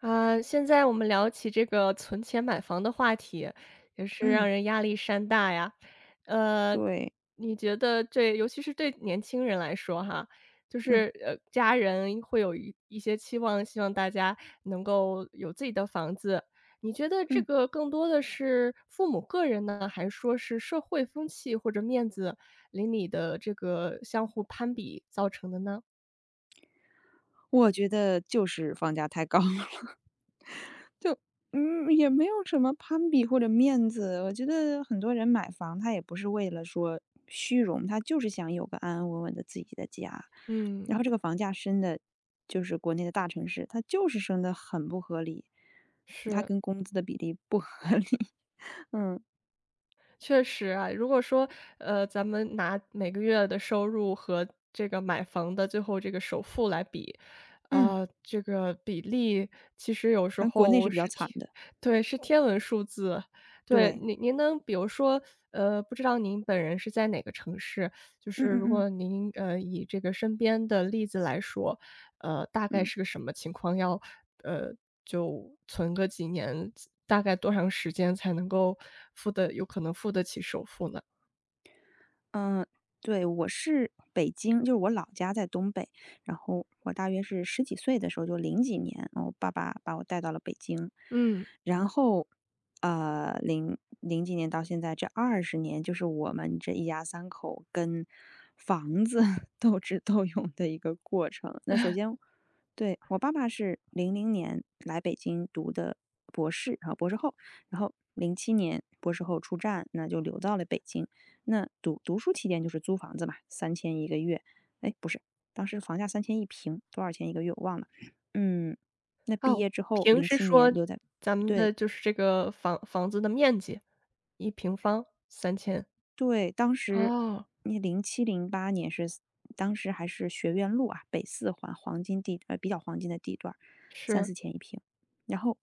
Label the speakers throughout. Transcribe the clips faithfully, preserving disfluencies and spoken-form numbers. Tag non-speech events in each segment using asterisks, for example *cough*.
Speaker 1: 啊，现在我们聊起这个存钱买房的话题，也是
Speaker 2: 嗯，
Speaker 1: 让人压力山大呀。呃，
Speaker 2: 对，
Speaker 1: 你觉得对，尤其是对年轻人来说哈，就
Speaker 2: 嗯
Speaker 1: 是呃，家人会有一一些期望，希望大家能够有自己的房子。你觉得这
Speaker 2: 嗯，
Speaker 1: 个更多的是父母个人呢，还是说是社会风气或者面子邻里的这个相互攀比造成的呢？
Speaker 2: 我觉得就是房价太高了。*laughs* 嗯，也没有什么攀比或者面子，我觉得很多人买房，他也不是为了说虚荣，他就是想有个安安稳稳的自己的家。
Speaker 1: 嗯，
Speaker 2: 然后这个房价升的，就是国内的大城市，它就是升的很不合理，它
Speaker 1: 是。
Speaker 2: 跟工资的比例不合理。*laughs* 嗯
Speaker 1: 确实啊，如果说，呃，咱们拿每个月的收入和这个买房的最后这个首付来比，
Speaker 2: 嗯，
Speaker 1: 啊，这个比例其实有时
Speaker 2: 反正国内
Speaker 1: 候
Speaker 2: 是比较
Speaker 1: 是
Speaker 2: 惨
Speaker 1: 天
Speaker 2: 的。
Speaker 1: 对，是天文数字。对，
Speaker 2: 对，
Speaker 1: 您您能比如说，呃，不知道您本人是在哪个城市？就
Speaker 2: 嗯
Speaker 1: 是如
Speaker 2: 嗯嗯
Speaker 1: 果您，呃，以这个身边的例子来说，呃，大概
Speaker 2: 嗯。
Speaker 1: 是个什么情况？要，呃，就存个几年，*tsk* 大概多长时间才能够付得有可能付得起首付呢？
Speaker 2: 嗯，对，我是北京，就是我老家在东北，然后我大约是十几岁的时候，就零几年，我爸爸把我带到了北京，
Speaker 1: 嗯。
Speaker 2: 然后，呃，零零几年到现在这二十年，就是我们这一家三口跟房子 *laughs* 斗智斗勇的一个过程。那首先，对，我爸爸是零零年来北京读的博士，然后博士后，然后零七年博士后出站，那就留到了北京。那读读书期间就是租房子嘛三千一个月。哎，不是，当时房价三千一平，多少钱一个月我忘了。嗯，那毕
Speaker 1: 哦，
Speaker 2: 业之后
Speaker 1: 平
Speaker 2: 零
Speaker 1: 时
Speaker 2: 七年
Speaker 1: 说
Speaker 2: 留在
Speaker 1: 咱们
Speaker 2: 对，
Speaker 1: 的就是这个房房子的面积一平方三千
Speaker 2: 对，当时
Speaker 1: 哦，
Speaker 2: 那零七零八年是当时还是学院路啊，北四环黄金地呃，比较黄金的地段儿三
Speaker 1: 是，
Speaker 2: 四千一平。然后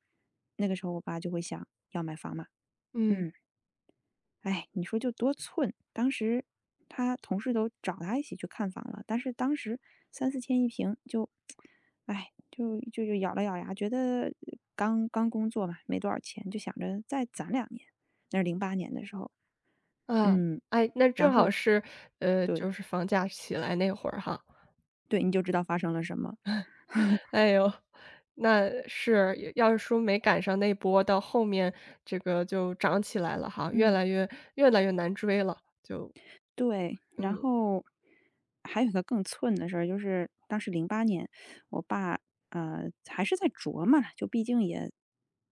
Speaker 2: 那个时候我爸就会想要买房嘛，
Speaker 1: 嗯，
Speaker 2: 嗯。哎，你说就多寸，当时他同事都找他一起去看房了，但是当时三四千一平就，哎，就就就咬了咬牙，觉得刚刚工作嘛，没多少钱，就想着再攒两年。那是零八年的时候，
Speaker 1: 啊，
Speaker 2: 嗯，
Speaker 1: 哎，那
Speaker 2: 然
Speaker 1: 正好
Speaker 2: 后
Speaker 1: 是，呃，
Speaker 2: 对
Speaker 1: 就是房价起来那会儿哈。
Speaker 2: 对，你就知道发生了什么，*laughs*
Speaker 1: 哎呦，那是，要是说没赶上那波，到后面这个就涨起来了哈，越
Speaker 2: 嗯。
Speaker 1: 来越越来越难追了，就
Speaker 2: 对，然
Speaker 1: 嗯，
Speaker 2: 后还有一个更寸的事儿，就是当时零八年，我爸，呃，还是在琢磨，就毕竟也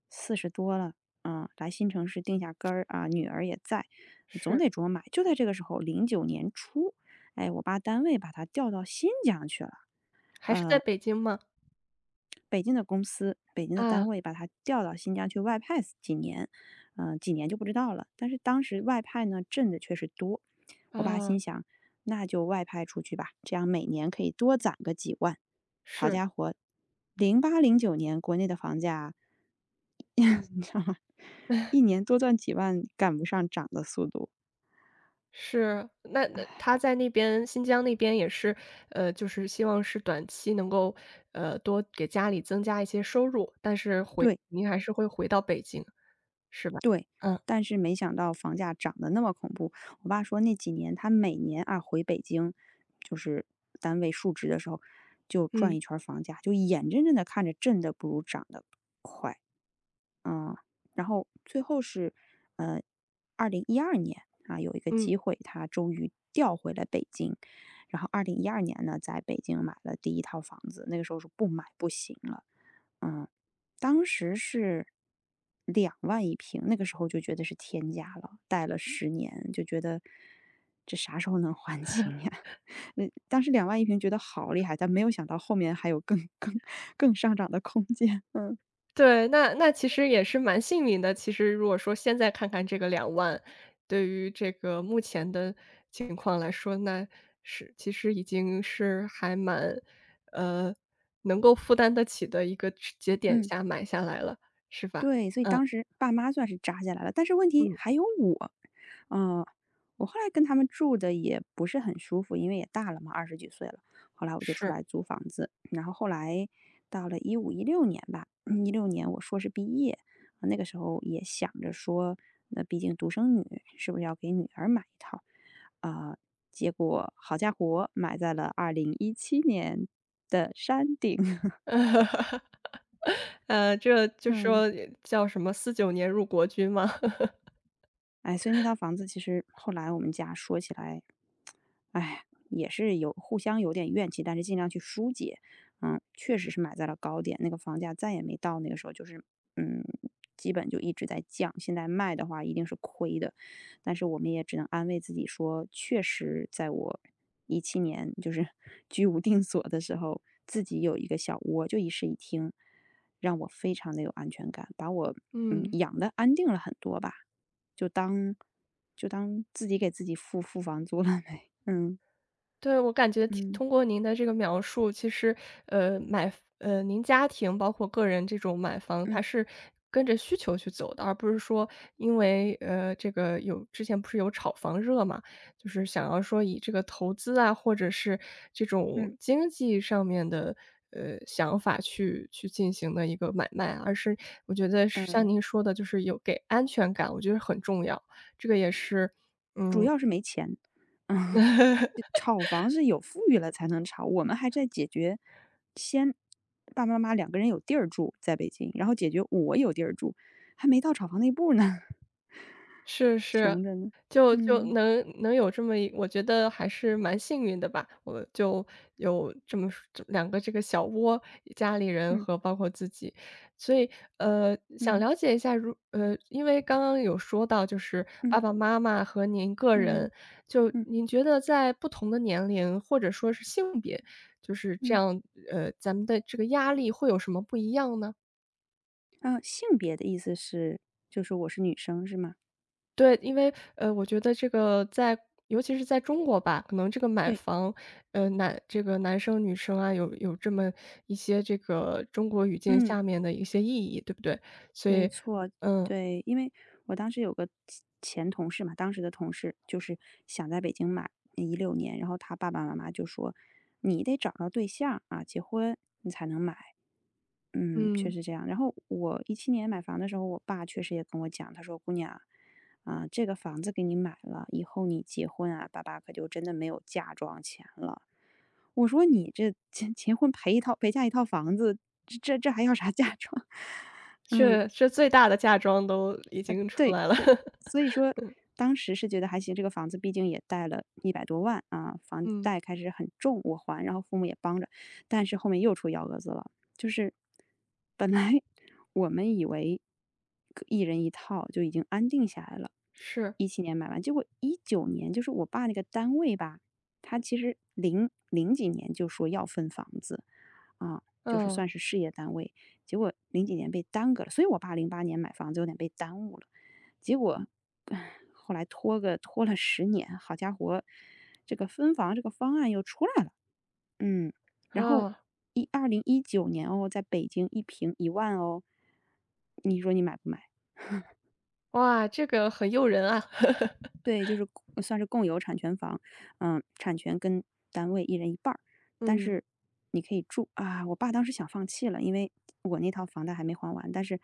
Speaker 2: 四十多了，嗯，来新城市定下根儿啊，女儿也在，总
Speaker 1: 是。
Speaker 2: 得琢磨买。就在这个时候零九年初，哎，我爸单位把他调到新疆去了。
Speaker 1: 还是在北京吗？
Speaker 2: 北京的公司、北京的单
Speaker 1: 啊，
Speaker 2: 位把他调到新疆去外派几年，嗯、几年就不知道了。但是当时外派呢挣的确实多，我爸
Speaker 1: 啊，
Speaker 2: 心想，那就外派出去吧，这样每年可以多攒个几万。好
Speaker 1: 是，
Speaker 2: 家伙，零八零九年国内的房价，*laughs* 你知道吗？一年多赚几万赶不上涨的速度。
Speaker 1: 是，那那他在那边新疆那边也是，呃，就是希望是短期能够，呃，多给家里增加一些收入，但是回
Speaker 2: 对，
Speaker 1: 您还是会回到北京，是吧？
Speaker 2: 对，
Speaker 1: 嗯，
Speaker 2: 但是没想到房价涨得那么恐怖。我爸说那几年他每年啊回北京，就是单位述职的时候，就转
Speaker 1: 嗯，
Speaker 2: 一圈儿房价，就眼睁睁的看着挣的不如涨的嗯，然后最后是，呃二零一二年啊，有一个
Speaker 1: 嗯。
Speaker 2: 机会，他终于调回了北京。然后二零一二年呢，在北京买了第一套房子，那个时候是不买不行了。嗯，当时是两万一平，那个时候就觉得是天价了，贷了十年，就觉得这啥时候能还清呀？*laughs* 嗯，当时两万一平觉得好厉害，但没有想到后面还有更更更上涨的空间，嗯。
Speaker 1: 对，那那其实也是蛮幸运的。其实如果说现在看看这个两万对于这个目前的情况来说，那是其实已经是还蛮，呃，能够负担得起的一个节点
Speaker 2: 嗯。
Speaker 1: 下买下来了，是吧？
Speaker 2: 对，所以
Speaker 1: 嗯，
Speaker 2: 当时爸妈算是扎下来了，但是问题
Speaker 1: 嗯，
Speaker 2: 还有我，嗯、我后来跟他们住的也不是很舒服，因为也大了嘛，二十几岁了。后来我就出
Speaker 1: 是。
Speaker 2: 来租房子，然后后来到了一五一六年吧，*clears throat* 一六年我硕士毕业，那个时候也想着说，那毕竟独生女，是不是要给女儿买一套？啊、结果好家伙，买在了二零一七年的山顶。*laughs*
Speaker 1: *laughs* 呃，这就
Speaker 2: 嗯。
Speaker 1: 说叫什么四九年入国军"嘛。*laughs*
Speaker 2: 哎，所以那套房子其实后来我们家说起来，哎，也是有互相有点怨气，但是尽量去疏解。嗯，确实是买在了高点，那个房价再也没到那个时候，就是嗯，基本就一直在降。现在卖的话一定是亏的，但是我们也只能安慰自己说，确实在我一七年就是 *laughs* 居无定所的时候，自己有一个小窝，就一室一厅，让我非常的有安全感，把我嗯
Speaker 1: 嗯。
Speaker 2: 养的安定了很多吧。就当就当自己给自己付付房租了呗。嗯
Speaker 1: 对，我感觉听
Speaker 2: 嗯
Speaker 1: 通过您的这个描述，其实，呃，买呃，您家庭包括个人这种买房，
Speaker 2: 嗯
Speaker 1: 它是跟着需求去走的，而不是说因为，呃，这个有之前不是有炒房热嘛，就是想要说以这个投资啊，或者是这种
Speaker 2: 嗯，
Speaker 1: 经济上面的，呃，想法去去进行的一个买卖，而是我觉得是像
Speaker 2: 呃，
Speaker 1: 您说的，就是有给安全感，我觉得很重要，这个也是嗯。
Speaker 2: 主要是没钱。嗯，这
Speaker 1: *laughs*
Speaker 2: 炒房是有富裕了才能炒，我们还在解决先爸爸妈妈两个人有地儿住在北京，然后解决我有地儿住，还没到炒房那一步呢，*laughs*
Speaker 1: 是是，
Speaker 2: 穷着呢。
Speaker 1: 就就
Speaker 2: 嗯
Speaker 1: 能能有这么一我觉得还是蛮幸运的吧。我就有这么这两个这个小窝，家里人
Speaker 2: 嗯
Speaker 1: 和包括自己。所以，呃，想
Speaker 2: 嗯
Speaker 1: 了解一下如呃，因为刚刚有说到就是
Speaker 2: 嗯
Speaker 1: 爸爸妈妈和您个
Speaker 2: 嗯
Speaker 1: 人，就
Speaker 2: 嗯
Speaker 1: 您觉得在不同的年龄或者说是性别，就是这
Speaker 2: 嗯，
Speaker 1: 样，呃，咱们的这个压力会有什么不一样呢？
Speaker 2: 啊，性别的意思是就是我是女生是吗？
Speaker 1: 对，因为，呃，我觉得这个在尤其是在中国吧，可能这个买
Speaker 2: 对，
Speaker 1: 房，呃，男这个男生女生啊，有有这么一些这个中国语境
Speaker 2: 嗯。
Speaker 1: 下面的一些意义，对不对？所
Speaker 2: 没
Speaker 1: 以，
Speaker 2: 错，
Speaker 1: 嗯，
Speaker 2: 对，因为我当时有个前前同事嘛，当时的同事就是想在北京买一六年，然后他爸爸妈妈就说：“你得找着对象啊，结婚你才能买。”嗯，确
Speaker 1: 嗯，
Speaker 2: 实这样。然后我一七年买房的时候，我爸确实也跟我讲，他说：“姑娘啊，这个房子给你买了，以后你结婚啊，爸爸可就真的没有嫁妆钱了。”我说：“你这结结婚陪一套陪嫁一套房子，这这这还要啥嫁妆？” *laughs* 嗯，
Speaker 1: 这这最大的嫁妆都已经出
Speaker 2: 对，
Speaker 1: 来了。
Speaker 2: 就
Speaker 1: *laughs*
Speaker 2: 所以说当时是觉得还行，这个房子毕竟也贷了一百多万啊，房
Speaker 1: 嗯，
Speaker 2: 贷开始很重，我还，然后父母也帮着，但是后面又出幺蛾子了。就是本来我们以为一人一套就已经安定下来了
Speaker 1: 是，
Speaker 2: 一七年买完，结果一九年就是我爸那个单位吧，他其实零零几年就说要分房子，啊，就是
Speaker 1: 嗯，
Speaker 2: 算是事业单位，结果零几年被耽搁了，所以我爸零八年买房子有点被耽误了。结果，唉后来拖个拖了十年，好家伙，这个分房这个方案又出来了。嗯，然后
Speaker 1: 啊，
Speaker 2: 一二零一九年哦，在北京一平一万哦，你说你买不买？
Speaker 1: 哇，这个很诱人啊。*laughs*
Speaker 2: 对，就是共算是共有产权房，嗯，产权跟单位一人一半儿，但
Speaker 1: 嗯，
Speaker 2: 是你可以住啊。我爸当时想放弃了，因为我那套房贷还没还完，但是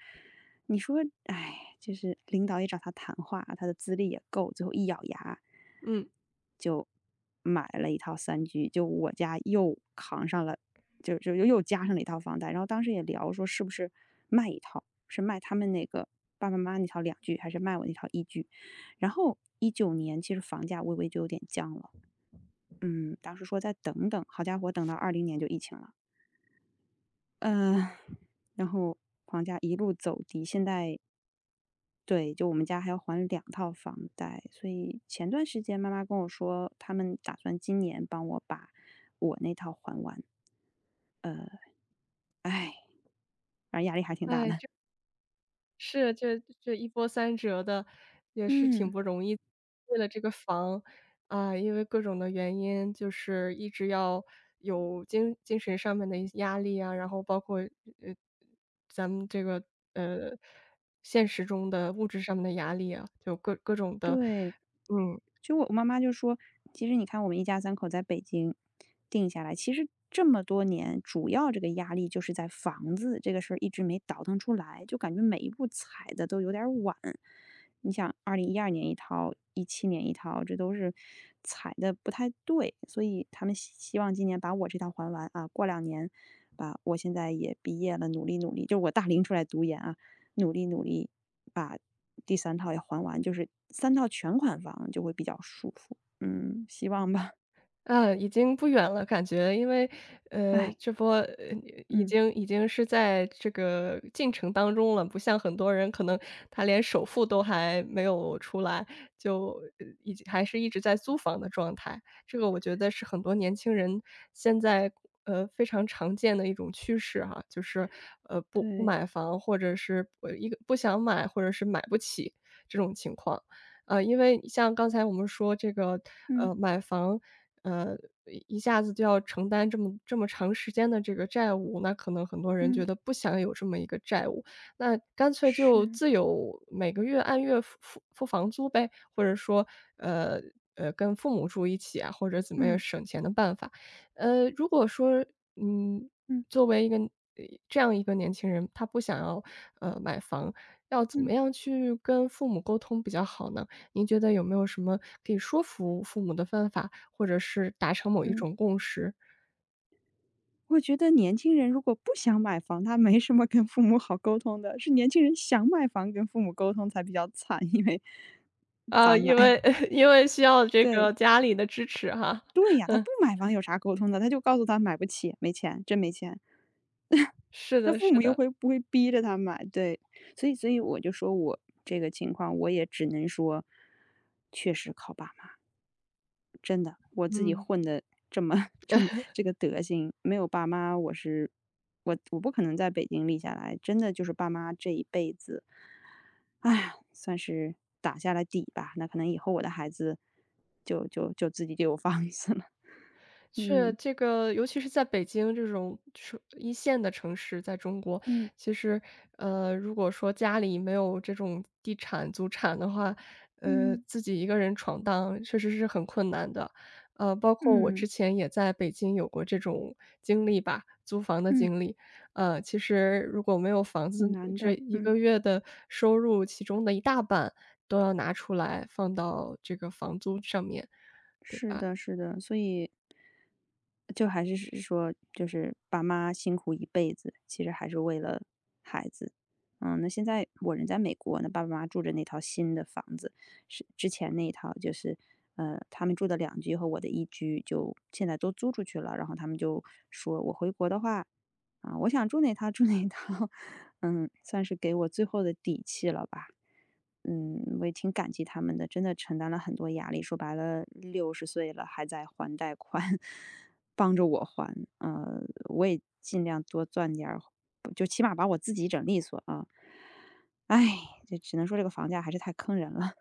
Speaker 2: 你说，哎，就是领导也找他谈话，他的资历也够，最后一咬牙
Speaker 1: 嗯，
Speaker 2: 就买了一套三居，就我家又扛上了，就就又又加上了一套房贷。然后当时也聊说，是不是卖一套，是卖他们那个爸爸妈妈那套两居，还是卖我那套一居？然后一九年其实房价微微就有点降了，嗯，当时说再等等，好家伙，等到二零年就疫情了，嗯，然后房价一路走低，现在对，就我们家还要还两套房贷，所以前段时间妈妈跟我说，他们打算今年帮我把我那套还完。哎，反正压力还挺大
Speaker 1: 哎，
Speaker 2: 的。
Speaker 1: 这是，这这一波三折的，也是挺
Speaker 2: 嗯，
Speaker 1: 不容易。为了这个房，啊，因为各种的原因，就是一直要有精精神上面的一些压力啊，然后包括呃，咱们这个呃，现实中的物质上面的压力啊，就各各种的，
Speaker 2: 对。
Speaker 1: 嗯。
Speaker 2: 就我妈妈就说，其实你看我们一家三口在北京定下来，其实这么多年，主要这个压力就是在房子这个事儿一直没倒腾出来，就感觉每一步踩的都有点儿晚。你想，二零一二年一套，一七年一套，这都是踩的不太对，所以他们希希望今年把我这套还完啊，过两年把我现在也毕业了，努力努力，就是我大龄出来读研啊，努力努力把第三套也还完，就是三套全款房就会比较舒服。嗯，希望吧。
Speaker 1: 嗯，已经不远了，感觉，因为，呃，
Speaker 2: 唉，
Speaker 1: 这波呃，已
Speaker 2: 嗯，
Speaker 1: 经已经是在这个进程当中了，不像很多人可能他连首付都还没有出来，就呃已经还是一直在租房的状态。这个我觉得是很多年轻人现在呃非常常见的一种趋势哈，就是呃不不
Speaker 2: 对，
Speaker 1: 买房，或者是呃一个不想买，或者是买不起这种情况。呃，因为像刚才我们说这个，
Speaker 2: 嗯，
Speaker 1: 呃，买房，呃，一下子就要承担这么这么长时间的这个债务，那可能很多人
Speaker 2: 嗯，
Speaker 1: 觉得不想有这么一个债务，那干脆就
Speaker 2: 是，
Speaker 1: 自由，每个月按月付付付房租呗，或者说，呃呃，跟父母住一起啊，或者怎么样
Speaker 2: 嗯，
Speaker 1: 省钱的办法。呃，如果说，嗯，
Speaker 2: 嗯，
Speaker 1: 作为一个呃这样一个年轻人，他不想要，呃，买房，要怎么
Speaker 2: 嗯，
Speaker 1: 样去跟父母沟通比较好呢？您觉得有没有什么可以说服父母的办法，或者是达成某一
Speaker 2: 嗯。
Speaker 1: 种共识？
Speaker 2: 我觉得年轻人如果不想买房，他没什么跟父母好沟通的，是年轻人想买房跟父母沟通才比较惨，因为咋
Speaker 1: 呃，
Speaker 2: 买？
Speaker 1: 因为
Speaker 2: *laughs*
Speaker 1: *laughs* 因为需要这
Speaker 2: 对，
Speaker 1: 个家里的支持哈，
Speaker 2: 对呀，他不买房有啥沟通的，他就告诉他买不起，没钱，真没钱。
Speaker 1: 是
Speaker 2: 那
Speaker 1: 的
Speaker 2: 父
Speaker 1: 是
Speaker 2: 母又
Speaker 1: 的。
Speaker 2: 会不会逼着他买？对，所以所以我就说我这个情况，我也只能说，确实靠爸妈，真的，我自己
Speaker 1: 嗯。
Speaker 2: 混的这么 *laughs* 这么这个德行，没有爸妈，我是我我不可能在北京立下来，真的就是爸妈这一辈子，哎呀，算是打下了底吧。那可能以后我的孩子就就就自己就有房子了。*laughs*
Speaker 1: 是，
Speaker 2: 嗯
Speaker 1: 这个尤其是在北京这种是一线的城市，在中国，
Speaker 2: 嗯
Speaker 1: 其实，呃，如果说家里没有这种地产、祖产的话，呃，
Speaker 2: 嗯
Speaker 1: 自己一个人闯荡确实是很困难的。呃，包括我
Speaker 2: 嗯
Speaker 1: 之前也在北京有过这种经历吧，租房的
Speaker 2: 嗯，
Speaker 1: 经历。呃，其实如果没有房子，
Speaker 2: 挺难
Speaker 1: 这
Speaker 2: 的，
Speaker 1: 一
Speaker 2: 嗯。
Speaker 1: 个月的收入，其中的一大半都要拿出来放到这个房租上面，对
Speaker 2: 是
Speaker 1: 吧？
Speaker 2: 的，是的，所以就还是是说，就是爸妈辛苦一辈子，其实还是为了孩子。嗯，那现在我人在美国，那爸爸妈妈住着那套新的房子，是之前那一套，就是呃，他们住的两居和我的一居就现在都租出去了。然后他们就说，我回国的话，啊、我想住哪套住哪套，*laughs* 嗯，算是给我最后的底气了吧。嗯，我也挺感激他们的，真的承担了很多压力。说白了六十岁了还在还贷款，*laughs* 帮着我还。呃，我也尽量多赚点儿，就起码把我自己整利索啊。唉，就只能说这个房价还是太坑人了。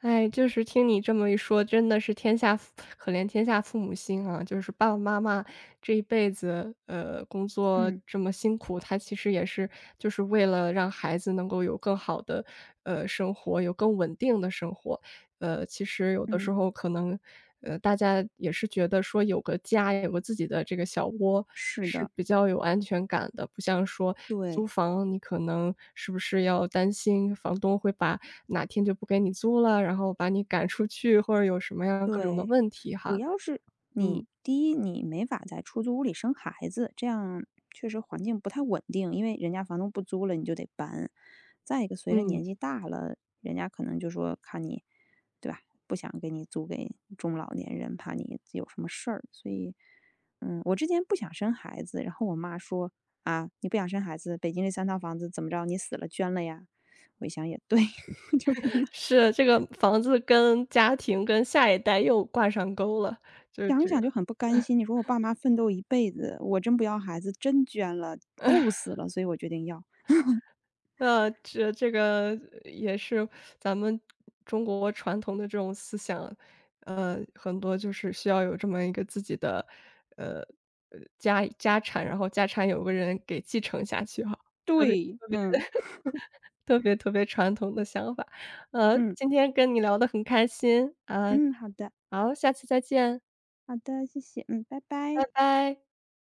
Speaker 1: 哎，就是听你这么一说，真的是天下父可怜天下父母心啊！就是爸爸妈妈这一辈子，呃，工
Speaker 2: *laughs*
Speaker 1: 作
Speaker 2: 嗯，
Speaker 1: 这么辛苦，他其实也是就是为了让孩子能够有更好的，呃，生活，有更稳定的生活。呃，其实有的时
Speaker 2: 嗯，
Speaker 1: 候可能，呃，大家也是觉得说有个家，有个自己的这个小窝
Speaker 2: 是
Speaker 1: 是
Speaker 2: 的，
Speaker 1: 比较有安全感的，不像说
Speaker 2: 对，
Speaker 1: 租房，你可能是不是要担心房东会把哪天就不给你租了，然后把你赶出去，或者有什么样各种的
Speaker 2: 对。
Speaker 1: 问题
Speaker 2: 主
Speaker 1: 哈。
Speaker 2: 要是你
Speaker 1: 嗯，
Speaker 2: 第一，你没法在出租屋里生孩子，这样确实环境不太稳定，因为人家房东不租了，你就得搬。再一个，随着年
Speaker 1: 嗯，
Speaker 2: 纪大了，人家可能就说看你，对吧？不想给你租给中老年人，怕你有什么事儿。所以，嗯，我之前不想生孩子，然后我妈说啊，你不想生孩子，北京这三套房子怎么着，你死了捐了呀？我一想也对，*laughs* 就是
Speaker 1: 是，这个房子跟家庭、跟下一代又挂上钩了，就是
Speaker 2: 想一
Speaker 1: 这个。
Speaker 2: 想就很不甘心，你说我爸妈奋斗一辈子，我真不要孩子，真捐了，怄死了，所以我决定要。
Speaker 1: 那这这个也是咱们中国传统的这种思想，呃，很多就是需要有这么一个自己的，呃，呃，家家产，然后家产有个人给继承下去哈，特别
Speaker 2: 对，嗯，
Speaker 1: 特别特别传统的想法。呃，
Speaker 2: 嗯，
Speaker 1: 今天跟你聊得很开心，啊，
Speaker 2: 嗯，好的，
Speaker 1: 好，下次再见，
Speaker 2: 好的，谢谢，嗯，拜
Speaker 1: 拜
Speaker 2: 拜。
Speaker 1: 拜。